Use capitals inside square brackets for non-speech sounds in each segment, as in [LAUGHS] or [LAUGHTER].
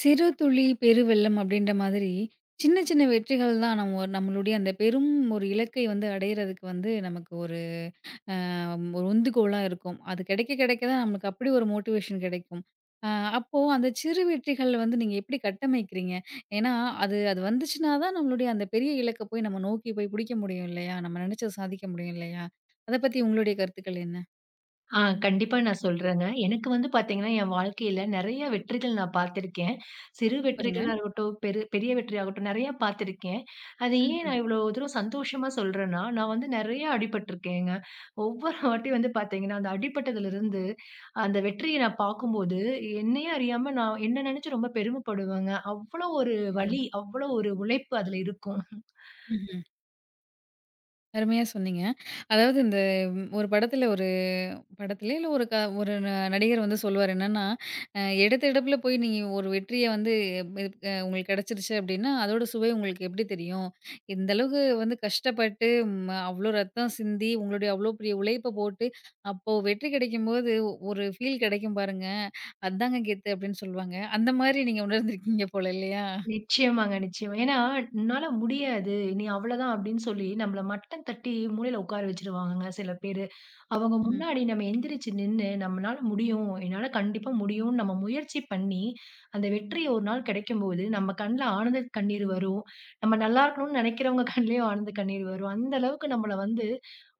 "சிறு துளி பெருவெள்ளம்" அப்படின்ற மாதிரி சின்ன சின்ன வெற்றிகள் தான் நம்மளுடைய அந்த பெரும் ஒரு இலக்கை வந்து அடையிறதுக்கு வந்து நமக்கு ஒரு ஒரு உந்துகோலா இருக்கும். அது கிடைக்க கிடைக்க தான் நமக்கு அப்படி ஒரு மோட்டிவேஷன் கிடைக்கும். அ அப்போ அந்த சிறு வெற்றிகள் வந்து நீங்க எப்படி கட்டமைக்கிறீங்க? ஏன்னா அது அது வந்துச்சுனா தான் நம்மளுடைய அந்த பெரிய இலக்க போய் நம்ம நோக்கி போய் பிடிக்க முடியும் இல்லையா? நம்ம நினைச்சத சாதிக்க முடியும் இல்லையா? அத பத்தி உங்களுடைய கருத்துக்கள் என்ன? ஆ கண்டிப்பா நான் சொல்றேங்க. எனக்கு வந்து பார்த்தீங்கன்னா, என் வாழ்க்கையில நெறைய வெற்றிகள் நான் பார்த்திருக்கேன். சிறு சூப்பருங்க. வெற்றிகளா இருக்கட்டும், பெரிய வெற்றியாகட்டும் நெறைய பார்த்திருக்கேன். அது ஏன் ம்ஹ்ம். நான் இவ்வளோ தூரம் சந்தோஷமா சொல்றேன்னா, நான் வந்து நெறைய அடிபட்டுருக்கேங்க. ஒவ்வொரு வாட்டி வந்து பார்த்தீங்கன்னா, அந்த அடிபட்டதுலருந்து அந்த வெற்றிய நான் பார்க்கும்போது, என்னையே அறியாம நான் என்ன நெனச்சு ரொம்ப பெருமைப்படுவேங்க. அவ்வளோ ஒரு ஓ! வலி, அவ்வளோ ஒரு உழைப்பு அதுல இருக்கும். ம்ஹ்ம். அருமையா சொன்னீங்க. அதாவது இந்த ஒரு படத்துல ஒரு படத்திலே இல்ல ஒரு ஒரு நடிகர் வந்து சொல்லுவாரு என்னன்னா, எடுத்த எடுப்புல போய் நீங்க ஒரு வெற்றிய வந்து இது உங்களுக்கு கிடைச்சிருச்சு அப்டின்னா, அதோட சுவை உங்களுக்கு எப்டி தெரியும்? இந்த அளவுக்கு வந்து கஷ்டப்பட்டு அவ்ளோ ரத்தம் சிந்தி, உங்களுடைய அவ்ளோ பெரிய உழைப்ப போட்டு, அப்போ வெற்றி கிடைக்கும்போது ஒரு ஃபீல் கிடைக்கும் பாருங்க. அதாங்க கெத்து அப்டின்னு சொல்லுவாங்க. அந்த மாரி நீங்க உணர்ந்திருக்கீங்க போல இல்லையா? நிச்சயமாங்க, நிச்சயமா. ஏன்னா, "உன்னால முடியாது. நீ அவ்வளதான்" அப்படின்னு சொல்லி நம்மள மட்டம் தட்டி மூலையில உட்கார வச்சுருவாங்கங்க சில பேர். அவங்க ம்ஹ்ம். முன்னாடி நம்ம எந்திரிச்சு நின்னு, நம்மளால முடியும். என்னால கண்டிப்பா முடியும்ன்னு நம்ம முயற்சி பண்ணி, அந்த வெற்றி ஒரு நாள் கிடைக்கும்போது, நம்ம கண்ல ஆனந்த கண்ணீர் வரும். நம்ம நல்லா இருக்கணும்னு நெனைக்கிறவங்க [LAUGHS] கண்லயும் ஆனந்த கண்ணீர் வரும். அந்த அளவுக்கு நம்மள வந்து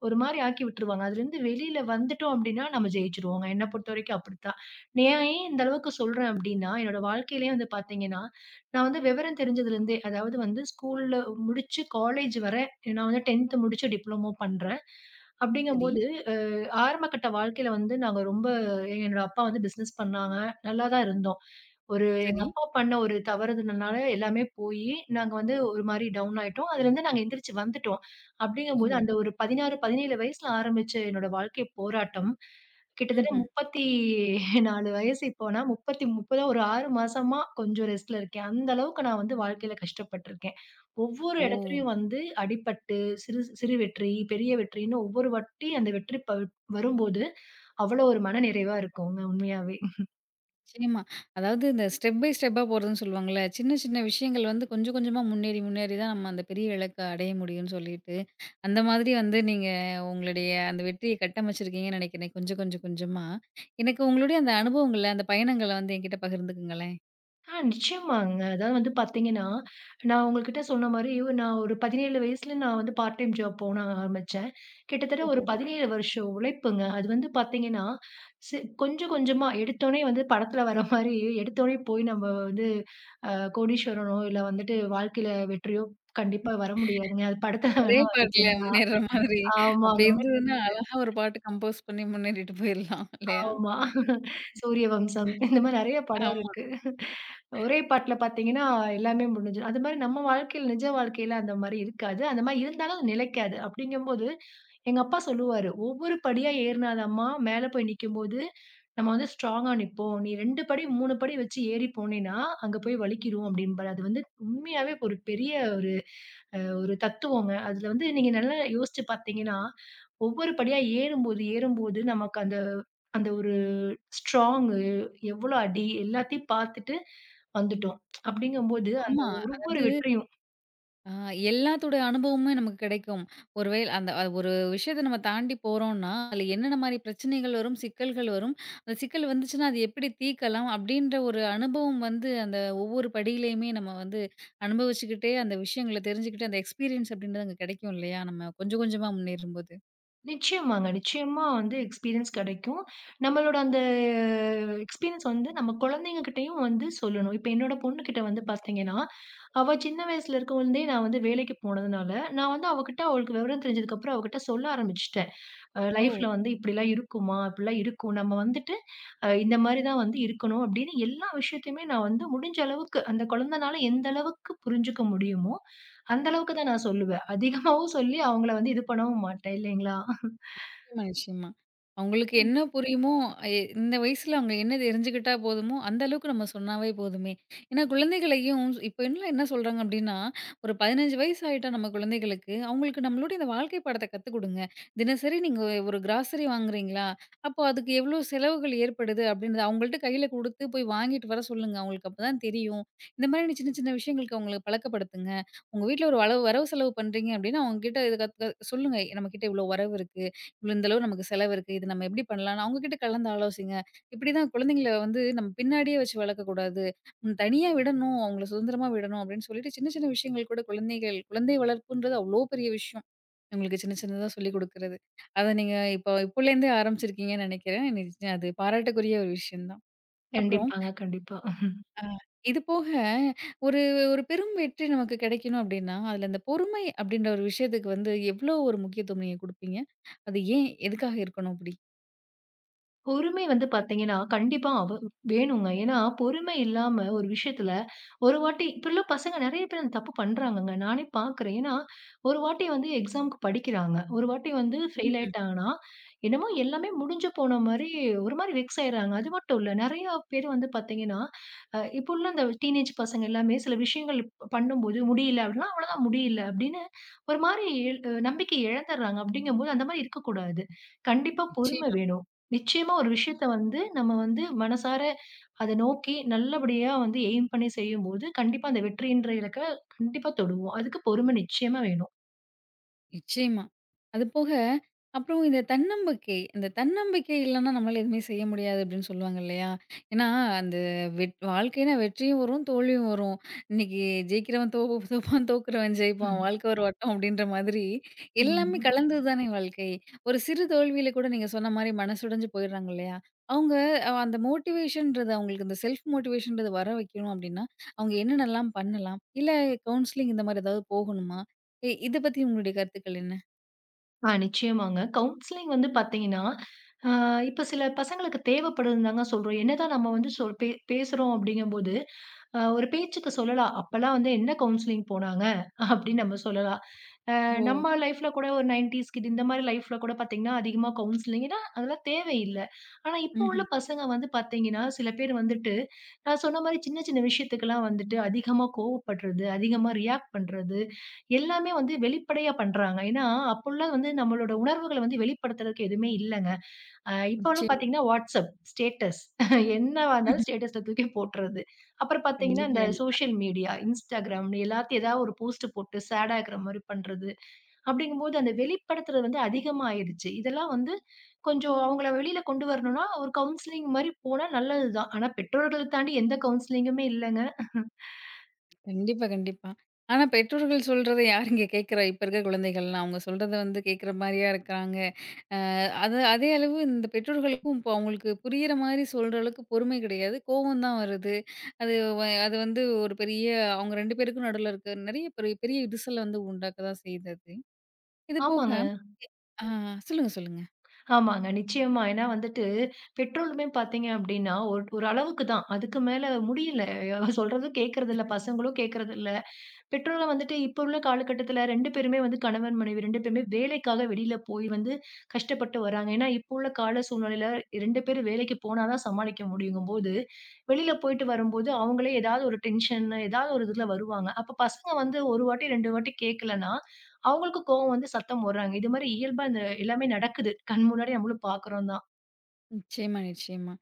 ஒரு மாரி ஆக்கி விட்டுருவாங்க. அதுலருந்து வெளியில வந்துட்டோம் அப்டின்னா, நம்ம ஜெயிச்சுருவோங்க. என்ன பொறுத்தவரைக்கும் அப்படித்தான். நான் ஏன் இந்த அளவுக்கு சொல்றேன் அப்டின்னா, என்னோட வாழ்க்கையிலயே வந்து பாத்தீங்கன்னா, நான் வந்து விவரம் தெரிஞ்சதுலருந்தே, அதாவது வந்து ஸ்கூல்ல முடிச்சு காலேஜ் வர நான் வந்து 10த் முடிச்சு டிப்ளமோ பண்றேன். சரி, அப்படிங்கும்போது ஆரம்ப கட்ட வாழ்க்கையில வந்து நாங்க ரொம்ப என்னோட அப்பா வந்து பிசினஸ் பண்ணாங்க. நல்லா தான் இருந்தோம். ஒரு எங்க சரி. அப்பா பண்ண ஒரு தவறுதுனால எல்லாமே போயி, நாங்க வந்து ஒரு மாரி டவுன் ஆயிட்டோம். அதுலருந்து நாங்க எந்திரிச்சு வந்துட்டோம். அப்படிங்கும்போது ஓஹோ! அந்த ஒரு 16, 17 வயசுல ஆரம்பிச்ச என்னோட வாழ்க்கை போராட்டம், கிட்டத்தட்ட ம்ஹ்ம். 34 வயசு இப்போனா 30, 30 ஒரு 6 மாசமா கொஞ்சம் ரெஸ்ட்ல இருக்கேன். அந்த அளவுக்கு நான் வந்து வாழ்க்கையில கஷ்டப்பட்டுருக்கேன். ஒவ்வொரு ஓ! இடத்துலயும் வந்து அடிபட்டு, சிறு சிறு வெற்றி, பெரிய வெற்றின்னு ஒவ்வொரு வாட்டி அந்த வெற்றி வரும்போது, அவ்வளோ ஒரு மனநிறைவா இருக்குங்க உண்மையாவே. நிச்சயமா. அதாவது இந்த ஸ்டெப் பை ஸ்டெப்பா போறதுன்னு சொல்லுவாங்கல்ல. சின்ன சின்ன விஷயங்கள் வந்து கொஞ்சம் கொஞ்சமா முன்னேறி முன்னேறி தான் நம்ம அந்த பெரிய இலக்க அடைய முடியும்னு சொல்லிட்டு, அந்த மாதிரி வந்து நீங்க உங்களுடைய அந்த வெற்றிய கட்டமைச்சிருக்கீங்கன்னு நினைக்கிறேன். கொஞ்சம் கொஞ்சம் கொஞ்சமா. எனக்கு உங்களுடைய அந்த அனுபவங்கள்ல, அந்த பயணங்கள வந்து என்கிட்ட பகிர்ந்துக்குங்களேன். ஆ நிச்சயமாங்க. அதாவது வந்து பார்த்தீங்கன்னா, நான் உங்ககிட்ட சொன்ன மாரி நான் ஒரு 17 வயசுல நான் வந்து பார்ட் டைம் ஜாப் போக நான் ஆரம்பிச்சேன். கிட்டத்தட்ட ஒரு ஓஹோ! 17 வருஷம் உழைப்புங்க. அது வந்து பார்த்தீங்கன்னா, சி கொஞ்சம் கொஞ்சமா எடுத்தோனே வந்து படத்துல வர மாரி எடுத்தோனே போய் நம்ம வந்து அ கோடீஸ்வரனோ இல்ல வந்துட்டு வாழ்க்கையில வெற்றியோ கண்டிப்பா வர முடியாதுங்க. அது படத்துல ஒரே வேணா பாட்டுல வருதுங்களா? முன்னேறுற மாதிரி. அப்படி ஆமாங்க. இருந்ததுன்னா, அழகா ஒரு பாட்டு கம்போஸ் பண்ணி முன்னேறிட்டு போயிரலாம் இல்லையா? ஆமா. சூரிய வம்சம் இந்த மாரி நெறைய படம் ஆமா. இருக்கு. ஒரே பாட்டுல பார்த்தீங்கன்னா, எல்லாமே முடிஞ்சிரும். அது மாரி நம்ம வாழ்க்கையில நிஜ வாழ்க்கையில அந்த மாரி இருக்காது. அந்த மாரி இருந்தாலும் அது நிலைக்காது. அப்படிங்கும்போது, எங்க அப்பா சொல்லுவாரு, "ஒவ்வொரு படியா ஏறினாதாம்மா மேல போய் நிக்கும்போது, நம்ம வந்து ஸ்ட்ராங்கா நிப்போம். நீ 2 படி, 3 படி வச்சு ஏறி போனேன்னா, அங்க போய் வலிக்கிரும்" அப்படிம்பாரு. அது வந்து உண்மையாவே ஒரு பெரிய ஒரு தத்துவங்க. அதுல வந்து நீங்க நல்லா யோசிச்சு பார்த்தீங்கன்னா, ஒவ்வொரு படியா ஏறும்போது, ஏறும்போது நமக்கு அந்த அந்த ஒரு ஸ்ட்ராங்கு எவ்வளோ அடி எல்லாத்தையும் பார்த்துட்டு வந்துட்டோம். அப்படிங்கும்போது, அந்த ஆமா. ஒரு ஒரு அதாவது வெற்றியும் ஆ எல்லாத்தோட அனுபவமுமே நமக்கு கிடைக்கும். ஒருவேள அந்த ஒரு விஷயத்த நம்ம தாண்டி போறோம்ன்னா, அதில என்னென்ன மாரி பிரச்சனைகள் வரும், சிக்கல்கள் வரும், அந்த சிக்கல் வந்துச்சுன்னா, அது எப்படி தீர்க்கலாம் அப்படின்ற ஒரு அனுபவம் வந்து அந்த ஒவ்வொரு படியிலயுமே நம்ம வந்து அனுபவிச்சுக்கிட்டே, அந்த விஷயங்கள தெரிஞ்சுக்கிட்டு, அந்த எக்ஸ்பீரியன்ஸ் அப்படின்றது அங்க கிடைக்கும் இல்லையா? நம்ம கொஞ்சம் கொஞ்சமா முன்னேறும்போது. நிச்சயமாங்க. நிச்சயமா வந்து எக்ஸ்பீரியன்ஸ் கிடைக்கும். நம்மளோட அந்த எக்ஸ்பீரியன்ஸ் வந்து நம்ம குழந்தைங்க கிட்டயும் வந்து சொல்லணும். இப்ப என்னோட பொண்ணுகிட்ட வந்து பார்த்தீங்கன்னா, அவ சின்ன வயசுல இருக்கும்பொழுதே நான் வந்து வேலைக்கு போனதுனால, நான் வந்து அவகிட்ட அவளுக்கு விவரம் தெரிஞ்சதுக்கப்புறம் அவகிட்ட சொல்ல ஆரம்பிச்சுட்டேன். ஓ லைஃப்ல வந்து இப்படிலாம் இருக்குமா? இப்படிலாம் இருக்கும். நம்ம வந்துட்டு இந்த மாரி தான் வந்து இருக்கணும் அப்படின்னு எல்லா விஷயத்தையுமே நான் வந்து முடிஞ்ச அளவுக்கு அந்த குழந்தனால எந்த அளவுக்கு புரிஞ்சுக்க முடியுமோ, அந்த அளவுக்கு தான் நான் சொல்லுவேன். அதிகமாவும் சொல்லி அவங்கள வந்து இது பண்ணவும் மாட்டேன் இல்லைங்களா? நிச்சயமா, நிச்சயமா. அவங்களுக்கு என்ன புரியுமோ, எ இந்த வயசுல அவங்க என்ன தெரிஞ்சுக்கிட்டா போதுமோ, அந்த அளவுக்கு நம்ம சொன்னாவே போதுமே. ஏன்னா குழந்தைகளையும் இப்ப இன்னும் என்ன சொல்றாங்க அப்டின்னா, ஒரு 15 வயசு ஆயிட்டா நம்ம குழந்தைகளுக்கு, அவங்களுக்கு நம்மளுடைய இந்த வாழ்க்கை பாடத்த கத்துக் குடுங்க. தினசரி நீங்க ஒரு கிராசரி வாங்குறீங்களா? அப்போ அதுக்கு எவ்ளோ செலவுகள் ஏற்படுது அப்டின்றத அவங்கள்ட்ட கையில குடுத்து போய் வாங்கிட்டு வர சொல்லுங்க. அவங்களுக்கு அப்பதான் தெரியும். இந்த மாரி சின்ன சின்ன விஷயங்களுக்கு அவங்கள பழக்கப்படுத்துங்க. உங்க வீட்ல ஒரு அளவு வரவு செலவு பண்றீங்க அப்டின்னா, அவங்க கிட்ட இத சொல்லுங்க. நம்மகிட்ட இவ்ளோ வரவு இருக்கு. இவ்வளோ இந்த அளவு நமக்கு செலவு இருக்கு. இது நம்ம எப்படி பண்ணலாம்ன்னு அவங்ககிட்ட கலந்து ஆலோசிங்க. இப்படிதான் குழந்தைங்கள வந்து நம்ம பின்னாடியே வச்சு வளர்க்கக்கூடாது. தனியா விடணும். அவங்கள சுதந்திரமா விடணும் அப்படின்னு சொல்லிட்டு சின்ன சின்ன விஷயங்கள் கூட குழந்தை வளர்ப்புன்றது அவ்ளோ பெரிய விஷயம். உங்களுக்கு சின்ன சின்னதா சொல்லிக் குடுக்குறது. அத நீங்க இப்போ இப்போலேருந்தே ஆரம்பிச்சிருக்கீங்கன்னு நெனைக்கிறேன். நிச்சயம் அது பாராட்டுக்குரிய ஒரு விஷயம் தான். அப்புறம் கண்டிப்பாங்க, கண்டிப்பா. இது போக ஒரு ஒரு பெரும் வெற்றி நமக்கு கிடைக்கணும் அப்படின்னா, அதுல அந்த பொறுமை அப்படின்ற ஒரு விஷயத்துக்கு வந்து எவ்வளோ ஒரு முக்கியத்துவம் நீங்க குடுப்பீங்க? அது ஏன்? எதுக்காக இருக்கணும் அப்படி? பொறுமை வந்து பார்த்தீங்கன்னா, கண்டிப்பா அவ வேணுங்க. ஏன்னா பொறுமை இல்லாம ஒரு விஷயத்துல ஒரு வாட்டி இப்படிலாம் பசங்க நெறைய பேர் அந்த தப்பு பண்றாங்கங்க. நானே பார்க்குறேன். ஏன்னா, ஒரு வாட்டி வந்து எக்ஸாம்க்கு படிக்கிறாங்க. ஒரு வாட்டி வந்து ஃபெயில் ஆயிட்டாங்கன்னா, என்னமோ எல்லாமே முடிஞ்சு போன மாரி ஒரு மாரி வெக்ஸ் ஆயிடுறாங்க. அது மட்டும் இல்ல. நெறையா பேர் வந்து பார்த்தீங்கன்னா, இப்போ உள்ள இந்த டீனேஜ் பசங்க எல்லாமே சில விஷயங்கள் பண்ணும்போது முடியல அப்படின்னா, அவ்வளோதான் முடியல அப்படின்னு ஒரு மாரி இல் அ நம்பிக்கை இழந்துடுறாங்க. அப்படிங்கும்போது அந்த மாரி இருக்கக்கூடாது. கண்டிப்பா பொறுமை நிச்சயமா, வேணும். நிச்சயமா ஒரு விஷயத்த வந்து நம்ம வந்து மனசார அத நோக்கி நல்லபடியா வந்து எய்ம் பண்ணி செய்யும்போது, கண்டிப்பா அந்த வெற்றின்ற இலக்க கண்டிப்பா தொடுவோம். அதுக்கு பொறுமை நிச்சயமா வேணும். நிச்சயமா. அதுபோக, அப்புறம் இந்த தன்னம்பிக்கை. இந்த தன்னம்பிக்கை இல்லன்னா நம்மளால எதுவுமே செய்ய முடியாது அப்படின்னு சொல்லுவாங்க இல்லையா? ஏன்னா, அந்த வாழ்க்கைன்னா வெற்றியும் வரும், தோல்வியும் வரும். இன்னைக்கு ஜெயிக்கிறவன் தோப்பான், தோக்குறவன் ஜெயிப்பான். ம். வாழ்க்கை ஒரு வட்டம் அப்படின்ற மாதிரி எல்லாமே ம். கலந்தது தானே வாழ்க்கை. ஒரு சிறு தோல்வியில கூட நீங்க சொன்ன மாரி மனசுடைஞ்சு போயிடுறாங்க இல்லையா? அவங்க அந்த மோட்டிவேஷன்றது அவங்களுக்கு இந்த செல்ஃப் மோட்டிவேஷன்றது வர வைக்கணும் அப்படின்னா, அவங்க என்னென்னலாம் பண்ணலாம்? இல்ல கவுன்சிலிங் இந்த மாரி ஏதாவது போகணுமா? இத பத்தி உங்களுடைய கருத்துக்கள் என்ன? ஆ நிச்சயமாங்க. கவுன்சிலிங் வந்து பார்த்தீங்கன்னா, ஆ இப்ப சில பசங்களுக்கு தேவைப்படுதுன்னு தாங்க சொல்றோம். என்னதான் நம்ம வந்து சொல் பே பேசுறோம் அப்படிங்கும்போது, ஒரு பேச்சுக்கு சொல்லலாம். அப்பலாம் வந்து என்ன கவுன்சிலிங் போனாங்க அப்படின்னு நம்ம சொல்லலாம். ஓ! நம்ம லைஃப்ல கூட ஒரு 90ஸ் கிட் இந்த மாரி லைஃப்ல கூட பார்த்தீங்கன்னா, அதிகமா கவுன்சிலிங் ஏன்னா, அதெல்லாம் தேவையில்ல. ஆனா, இப்போ உள்ள ம்ஹ்ம். பசங்க வந்து பார்த்தீங்கன்னா, சில பேர் வந்துட்டு, நான் சொன்ன மாரி சின்ன சின்ன விஷயத்துக்கெல்லாம் வந்துட்டு அதிகமா கோவப்படுறது, அதிகமா ரியாக்ட் பண்றது, எல்லாமே வந்து வெளிப்படையா பண்றாங்க. ஏன்னா, அப்போலாம் வந்து நம்மளோட உணர்வுகள வந்து வெளிப்படுத்துறதுக்கு எதுவுமே இல்லங்க. இப்போ வந்து நிச்சயமா. பார்த்தீங்கன்னா, WhatsApp, ஸ்டேட்டஸ் என்னவா [LAUGHS] இருந்தாலும் ம்ஹ்ம். ஸ்டேட்டஸ்ல தூக்கி போட்டுறது. அப்புறம் பார்த்தீங்கன்னா, கண்டிப்பா, இந்த கண்டிப்பா. சோஷியல் மீடியா, Instagram எல்லாத்தையும் ஏதாவது ஒரு போஸ்ட் போட்டு சேடா இருக்கிற மாரி பண்றது. அப்படிங்கும்போது அந்த வெளிப்படுத்துறது வந்து அதிகமாயிடுச்சு. இதெல்லாம் வந்து கொஞ்சம் அவங்கள வெளியில கொண்டு வரணும்னா, ஒரு கவுன்சிலிங் மாரி போனா நல்லது தான். ஆனா பெற்றோர்கள தாண்டி எந்த கவுன்சிலிங்குமே இல்லங்க. கண்டிப்பா, கண்டிப்பா. ஆனா, பெற்றோர்கள் சொல்றத யாருங்க கேட்கிறா? இப்ப இருக்கிற குழந்தைகள்லாம். அவங்க சொல்றத வந்து கேட்கிற மாரியா இருக்கிறாங்க. அது அதே அளவு இந்த பெற்றோர்களுக்கும் இப்போ அவங்களுக்கு புரியிற மாரி சொல்ற அளவுக்கு பொறுமை கிடையாது. கோவம் தான் வருது. அது அது வந்து ஒரு பெரிய அவங்க 2 பேருக்கும் நடுவுல இருக்க நெறைய பெரிய பெரிய விரிசல வந்து உண்டாக்க தான் செய்யுது அது. இது போக ஆமாங்க, ஆ சொல்லுங்க, சொல்லுங்க. ஆமாங்க. நிச்சயமா. ஏன்னா வந்துட்டு பெற்றோருமே பார்த்தீங்க அப்படின்னா, ஒரு ஒரு அளவுக்கு தான். அதுக்கு மேல முடியல. சொல்றதும் கேட்கறதில்ல. பசங்களும் கேட்கறதில்ல. பெற்றோர்கள வந்துட்டு இப்ப உள்ள காலகட்டத்துல 2 பேருமே வந்து கணவன், மனைவி 2 பேருமே வேலைக்காக வெளியில போய் வந்து கஷ்டப்பட்டு வராங்க. ஏன்னா, இப்ப உள்ள கால சூழ்நிலையில 2 பேரும் வேலைக்கு போனா தான் சமாளிக்க முடியுங்கும்போது, வெளியில போயிட்டு வரும்போது அவங்களே ஏதாவது ஒரு டென்ஷன், ஏதாவது ஒரு இதுல வருவாங்க. அப்ப பசங்க வந்து 1 வாட்டி, 2 வாட்டி கேட்கலன்னா, அவங்களுக்கு கோவம் வந்து சத்தம் போடுறாங்க. இது மாரி இயல்பா இந்த எல்லாமே நடக்குது. கண் முன்னாடி நம்மளும் பார்க்குறோம் தான். நிச்சயமா, நிச்சயமா.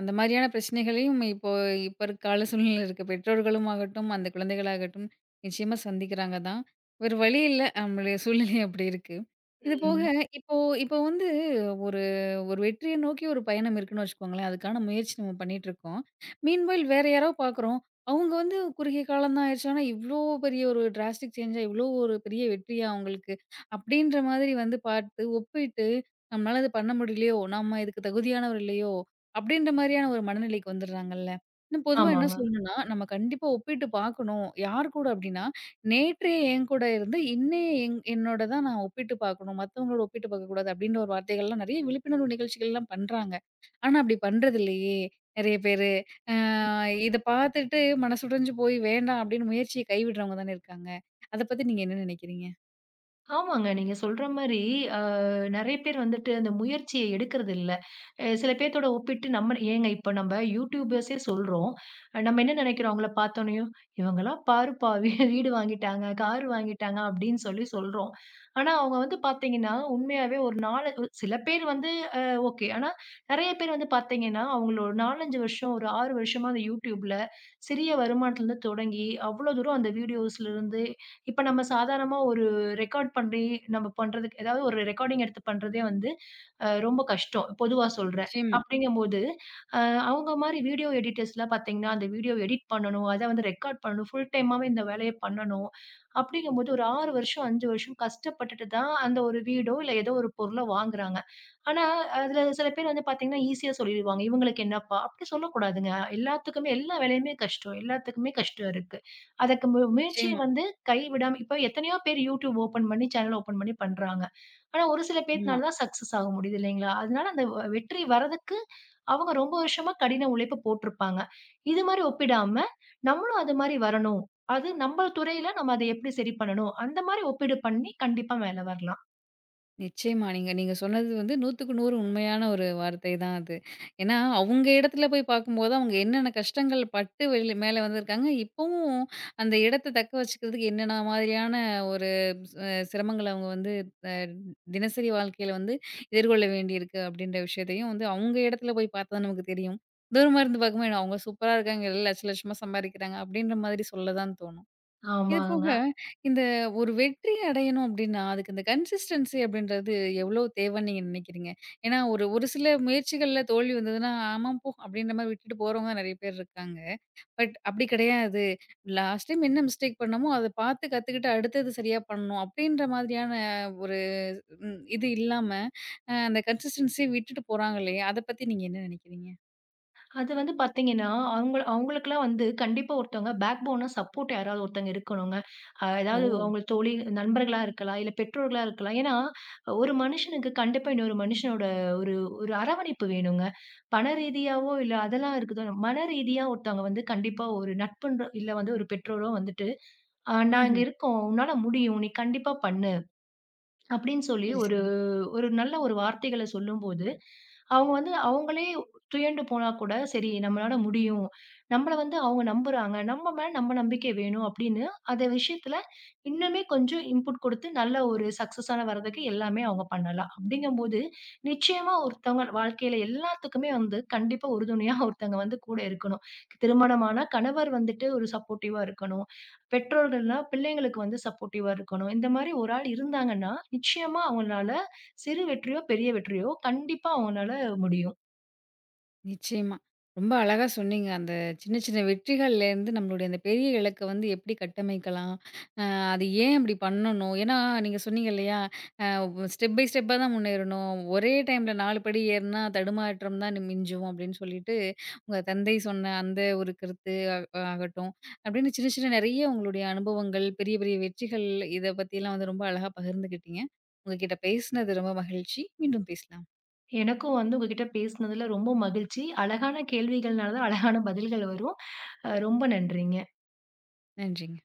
அந்த மாதிரியான பிரச்சனைகளையும் இப்போ இப்ப இருக்க கால சூழ்நிலையில இருக்க பெற்றோர்களும் ஆகட்டும், அந்த குழந்தைகளாகட்டும் நிச்சயமா சந்திக்கிறாங்க தான். வேற வழி இல்ல. நம்மளுடைய சூழ்நிலை அப்படி இருக்கு. இது போக ம். இப்போ இப்போ வந்து ஒரு ஒரு வெற்றிய நோக்கி ஒரு பயணம் இருக்குன்னு வச்சுக்கோங்களேன். அதுக்கான முயற்சி நம்ம பண்ணிட்டுருக்கோம். மீன்வைல் வேற யாரோ பார்க்குறோம். அவங்க வந்து குறுகிய காலம் தான் ஆயிருச்சு. ஆனா இவ்ளோ பெரிய ஒரு டிராஸ்டிக் சேஞ்சா, இவ்ளோ ஒரு பெரிய வெற்றியா அவங்களுக்கு அப்படின்ற மாதிரி வந்து பார்த்து ஒப்பிட்டு நம்மளால அது பண்ண முடியலையோ! நம்ம இதுக்கு தகுதியானவர் இல்லையோ! அப்படின்ற மாரியான ஒரு மனநிலைக்கு வந்துடுறாங்கல்ல. இன்னும் பொதுவா என்ன ஆமாங்க. சொல்லணும்னா, நம்ம கண்டிப்பா ஒப்பிட்டு பார்க்கணும். யார் கூட அப்படின்னா, நேற்றே என் கூட இருந்து, இன்னைய என்னோட தான் நான் ஒப்பிட்டு பார்க்கணும். மத்தவங்களோட ஒப்பிட்டு பார்க்கக்கூடாது அப்படின்ற ஒரு வார்த்தைகள்லாம் நெறைய விழிப்புணர்வு நிகழ்ச்சிகள்லாம் பண்றாங்க. ஆனா அப்படி பண்றதில்லையே நெறைய பேரு. அ இத பார்த்துட்டு மனசுடைஞ்சு போய் வேண்டாம் அப்படின்னு முயற்சிய கைவிடுறவங்க தானே இருக்காங்க. அத பத்தி நீங்க என்ன நினைக்கிறீங்க? ஆமாங்க. நீங்க சொல்ற மாரி, அ நெறைய பேர் வந்துட்டு அந்த முயற்சிய எடுக்கறதில்ல. சில பேத்தோட ஒப்பிட்டு நம்ம ஏங்க இப்ப நம்ப யூடியூபர்ஸே சொல்றோம். நம்ம என்ன நெனைக்கிறோம் அவங்கள பார்த்தோனயும், "இவங்கலாம் பாருப்பா [LAUGHS] வீடு வாங்கிட்டாங்க, கார் வாங்கிட்டாங்க" அப்படின்னு சொல்லி சொல்றோம். ஆனா அவங்க வந்து பார்த்தீங்கன்னா, உண்மையாவே ஒரு நாலு ஒரு சில பேர் வந்து அ ஓகே. ஆனா நெறைய பேர் வந்து பார்த்தீங்கன்னா, அவங்கள ஒரு 4, 5 வருஷம், ஒரு 6 வருஷமா அந்த யூடியூப்ல சிறிய வருமானத்துலருந்து தொடங்கி, அவ்ளோ தூரம் அந்த வீடியோஸ்லருந்து இப்ப நம்ம சாதாரணமா ஒரு ரெக்கார்ட் பண்ணி நம்ம பண்றதுக்கு ஏதாவது ஒரு ரெக்கார்டிங் எடுத்து பண்றதே வந்து ரொம்ப கஷ்டம். பொதுவா சொல்றேன். நிச்சயமா, அப்படிங்கும்போது, அ அவங்க மாரி வீடியோ எடிட்டர்ஸ்லாம் பார்த்தீங்கன்னா, அந்த வீடியோ எடிட் பண்ணணும். அத வந்து ரெக்கார்ட் பண்ணணும். ஃபுல் டைமாவே இந்த வேலைய பண்ணணும். அப்படிங்கும்போது ஒரு 6 வருஷம், 5 வருஷம் கஷ்டப்பட்டுட்டு தான் அந்த ஒரு வீடோ, இல்ல ஏதோ ஒரு பொருளோ வாங்குறாங்க. ஆனா, அதுல சில பேர் வந்து பார்த்தீங்கன்னா, ஈஸியா சொல்லிருவாங்க. இவங்களுக்கு என்னப்பா? அப்படி சொல்லக்கூடாதுங்க. எல்லாத்துக்குமே எல்லா வேலையுமே கஷ்டம். எல்லாத்துக்குமே கஷ்டம் இருக்கு. அதற்கு முயற்சிய நிச்சயமா. வந்து கை விடாம இப்ப எத்தனையோ பேர் யூடியூப் ஓப்பன் பண்ணி, சேனல் ஓப்பன் பண்ணி பண்றாங்க. ஆனா ஒரு சில ஆமா. பேத்துனால தான் சக்சஸ் ஆக முடியுது இல்லைங்களா? அதனால அந்த வெற்றி வரதுக்கு அவங்க ரொம்ப வருஷமா கடின உழைப்பு போட்டிருப்பாங்க. இது மாரி ஒப்பிடாம, நம்மளும் அது மாரி வரணும். அது நம்ம துறையில நம்ம அத எப்படி சரி பண்ணணும்? அந்த மாரி ஒப்பீடு பண்ணி கண்டிப்பா மேல வரலாம். நிச்சயமா. நீங்க நீங்க சொன்னது வந்து 100க்கு 100 உண்மையான ஒரு வார்த்தை தான் அது. ஏன்னா, அவங்க இடத்துல போய் பார்க்கும்போது, அவங்க என்னென்ன கஷ்டங்கள் பட்டு வெளி மேல வந்திருக்காங்க. இப்பவும் அந்த இடத்த தக்க வச்சுக்கிறதுக்கு என்னென்ன மாதிரியான ஒரு சிரமங்கள அவங்க வந்து அ தினசரி வாழ்க்கையில வந்து எதிர்கொள்ள வேண்டியிருக்கு அப்படின்ற விஷயத்தையும் வந்து அவங்க இடத்துல போய் பார்த்தா தான் நமக்கு தெரியும். தூரமா இருந்து பார்க்கும்போது, அவங்க சூப்பரா இருக்காங்க. எல்லாம் லட்ச லட்சமா சம்பாதிக்கிறாங்க அப்படின்ற மாதிரி சொல்ல தான் தோணும். இது போக, ஆமாங்க. இந்த ஒரு வெற்றி அடையணும் அப்டின்னா, அதுக்கு இந்த கன்சிஸ்டன்சி அப்டின்றது எவ்ளோ தேவைன்னு நீங்க நினைக்கிறீங்க? ஏன்னா, ஒரு ஒரு சில முயற்சிகள்ல தோல்வி வந்ததுன்னா, ஆமா போ! அப்டின்ற மாரி விட்டுட்டு போறவங்க நெறைய பேர் இருக்காங்க. பட் அப்டி கிடையாது. லாஸ்ட் டைம் என்ன மிஸ்டேக் பண்ணோமோ, அத பார்த்து கத்துக்கிட்டு அடுத்தது சரியா பண்ணணும். அப்டின்ற மாதிரியான ஒரு இது இல்லாம, அந்த கன்சிஸ்டன்சி விட்டுட்டு போறாங்க இல்லையா? அத பத்தி நீங்க என்ன நினைக்கிறீங்க? அது வந்து பார்த்தீங்கன்னா, அவுங்களுக்கெல்லாம் வந்து கண்டிப்பா ஒருத்தவங்க பேக் போனா சப்போர்ட் யாராவது ஒருத்தவங்க இருக்கணுங்க. ஓ! ஏதாவது அவுங்க தோழி, நண்பர்களா இருக்கலாம், இல்ல பெற்றோர்களா இருக்கலாம். ஏன்னா, ஒரு மனுஷனுக்கு கண்டிப்பா இன்னொரு மனுஷனோட ஒரு ஒரு அரவணைப்பு வேணுங்க. பண ரீதியாவோ, இல்ல அதெல்லாம் இருக்குது. மன ரீதியா ஒருத்தவங்க வந்து கண்டிப்பா ஒரு நட்புன்ற இல்ல வந்து ஒரு பெற்றோரோ வந்துட்டு, நாங்க ம்ஹ்ம். இருக்கோம். உன்னால முடியும். நீ கண்டிப்பா பண்ணு." அப்படின்னு சொல்லி சரி, ஒரு சரி. ஒரு நல்ல ஒரு வார்த்தைகள சொல்லும்போது, அவங்க வந்து அவங்களே துயண்டு போனா கூட, சரி நம்மளால முடியும். நம்மள வந்து அவங்க நம்புறாங்க. நம்ம மேல நம்ம நம்பிக்கை வேணும் அப்படின்னு, அந்த விஷயத்துல இன்னுமே கொஞ்சம் இன்புட் குடுத்து நல்ல ஒரு சக்சஸான வர்றதுக்கு எல்லாமே அவங்க பண்ணலாம். அப்படிங்கும்போது, நிச்சயமா ஒருத்தவங்க வாழ்க்கையில எல்லாத்துக்குமே வந்து கண்டிப்பா உறுதுணையா [LAUGHS] ஒருத்தவங்க வந்து கூட இருக்கணும். திருமணமானா கணவர் வந்துட்டு ஒரு சப்போர்ட்டிவா இருக்கணும். பெற்றோர்கள்னா பிள்ளைங்களுக்கு வந்து சப்போர்ட்டிவா இருக்கணும். இந்த மாரி ஒரு ஆள் இருந்தாங்கன்னா, நிச்சயமா அவங்களால சிறு வெற்றியோ, பெரிய வெற்றியோ, கண்டிப்பா அவங்கனால முடியும். நிச்சயமா. ரொம்ப அழகா சொன்னீங்க. அந்த சின்ன சின்ன வெற்றிகள்லேருந்து நம்மளுடைய அந்த பெரிய இலக்க வந்து எப்படி கட்டமைக்கலாம்? அ அது ஏன் அப்படி பண்ணணும்? ஏன்னா நீங்க சொன்னீங்க இல்லையா? ஸ்டெப் பை ஸ்டெப்பா தான் முன்னேறணும். ஒரே டைம்ல 4 படி ஏறுனா தடுமாற்றம் தான் மிஞ்சும் அப்படின்னு சொல்லிட்டு, உங்க தந்தை சொன்ன அந்த ஒரு கருத்து ஆகட்டும். அப்படின்னு சின்ன சின்ன நெறைய உங்களுடைய அனுபவங்கள், பெரிய பெரிய வெற்றிகள் இத பத்திலாம் வந்து ரொம்ப அழகா பகிர்ந்துக்கிட்டீங்க. உங்ககிட்ட பேசினது ரொம்ப மகிழ்ச்சி. மீண்டும் பேசலாம். எனக்கும் வந்து உங்ககிட்ட பேசினதுல ரொம்ப மகிழ்ச்சி. அழகான கேள்விகள்னால தான் அழகான பதில்கள் வரும். ரொம்ப நன்றிங்க. நன்றிங்க.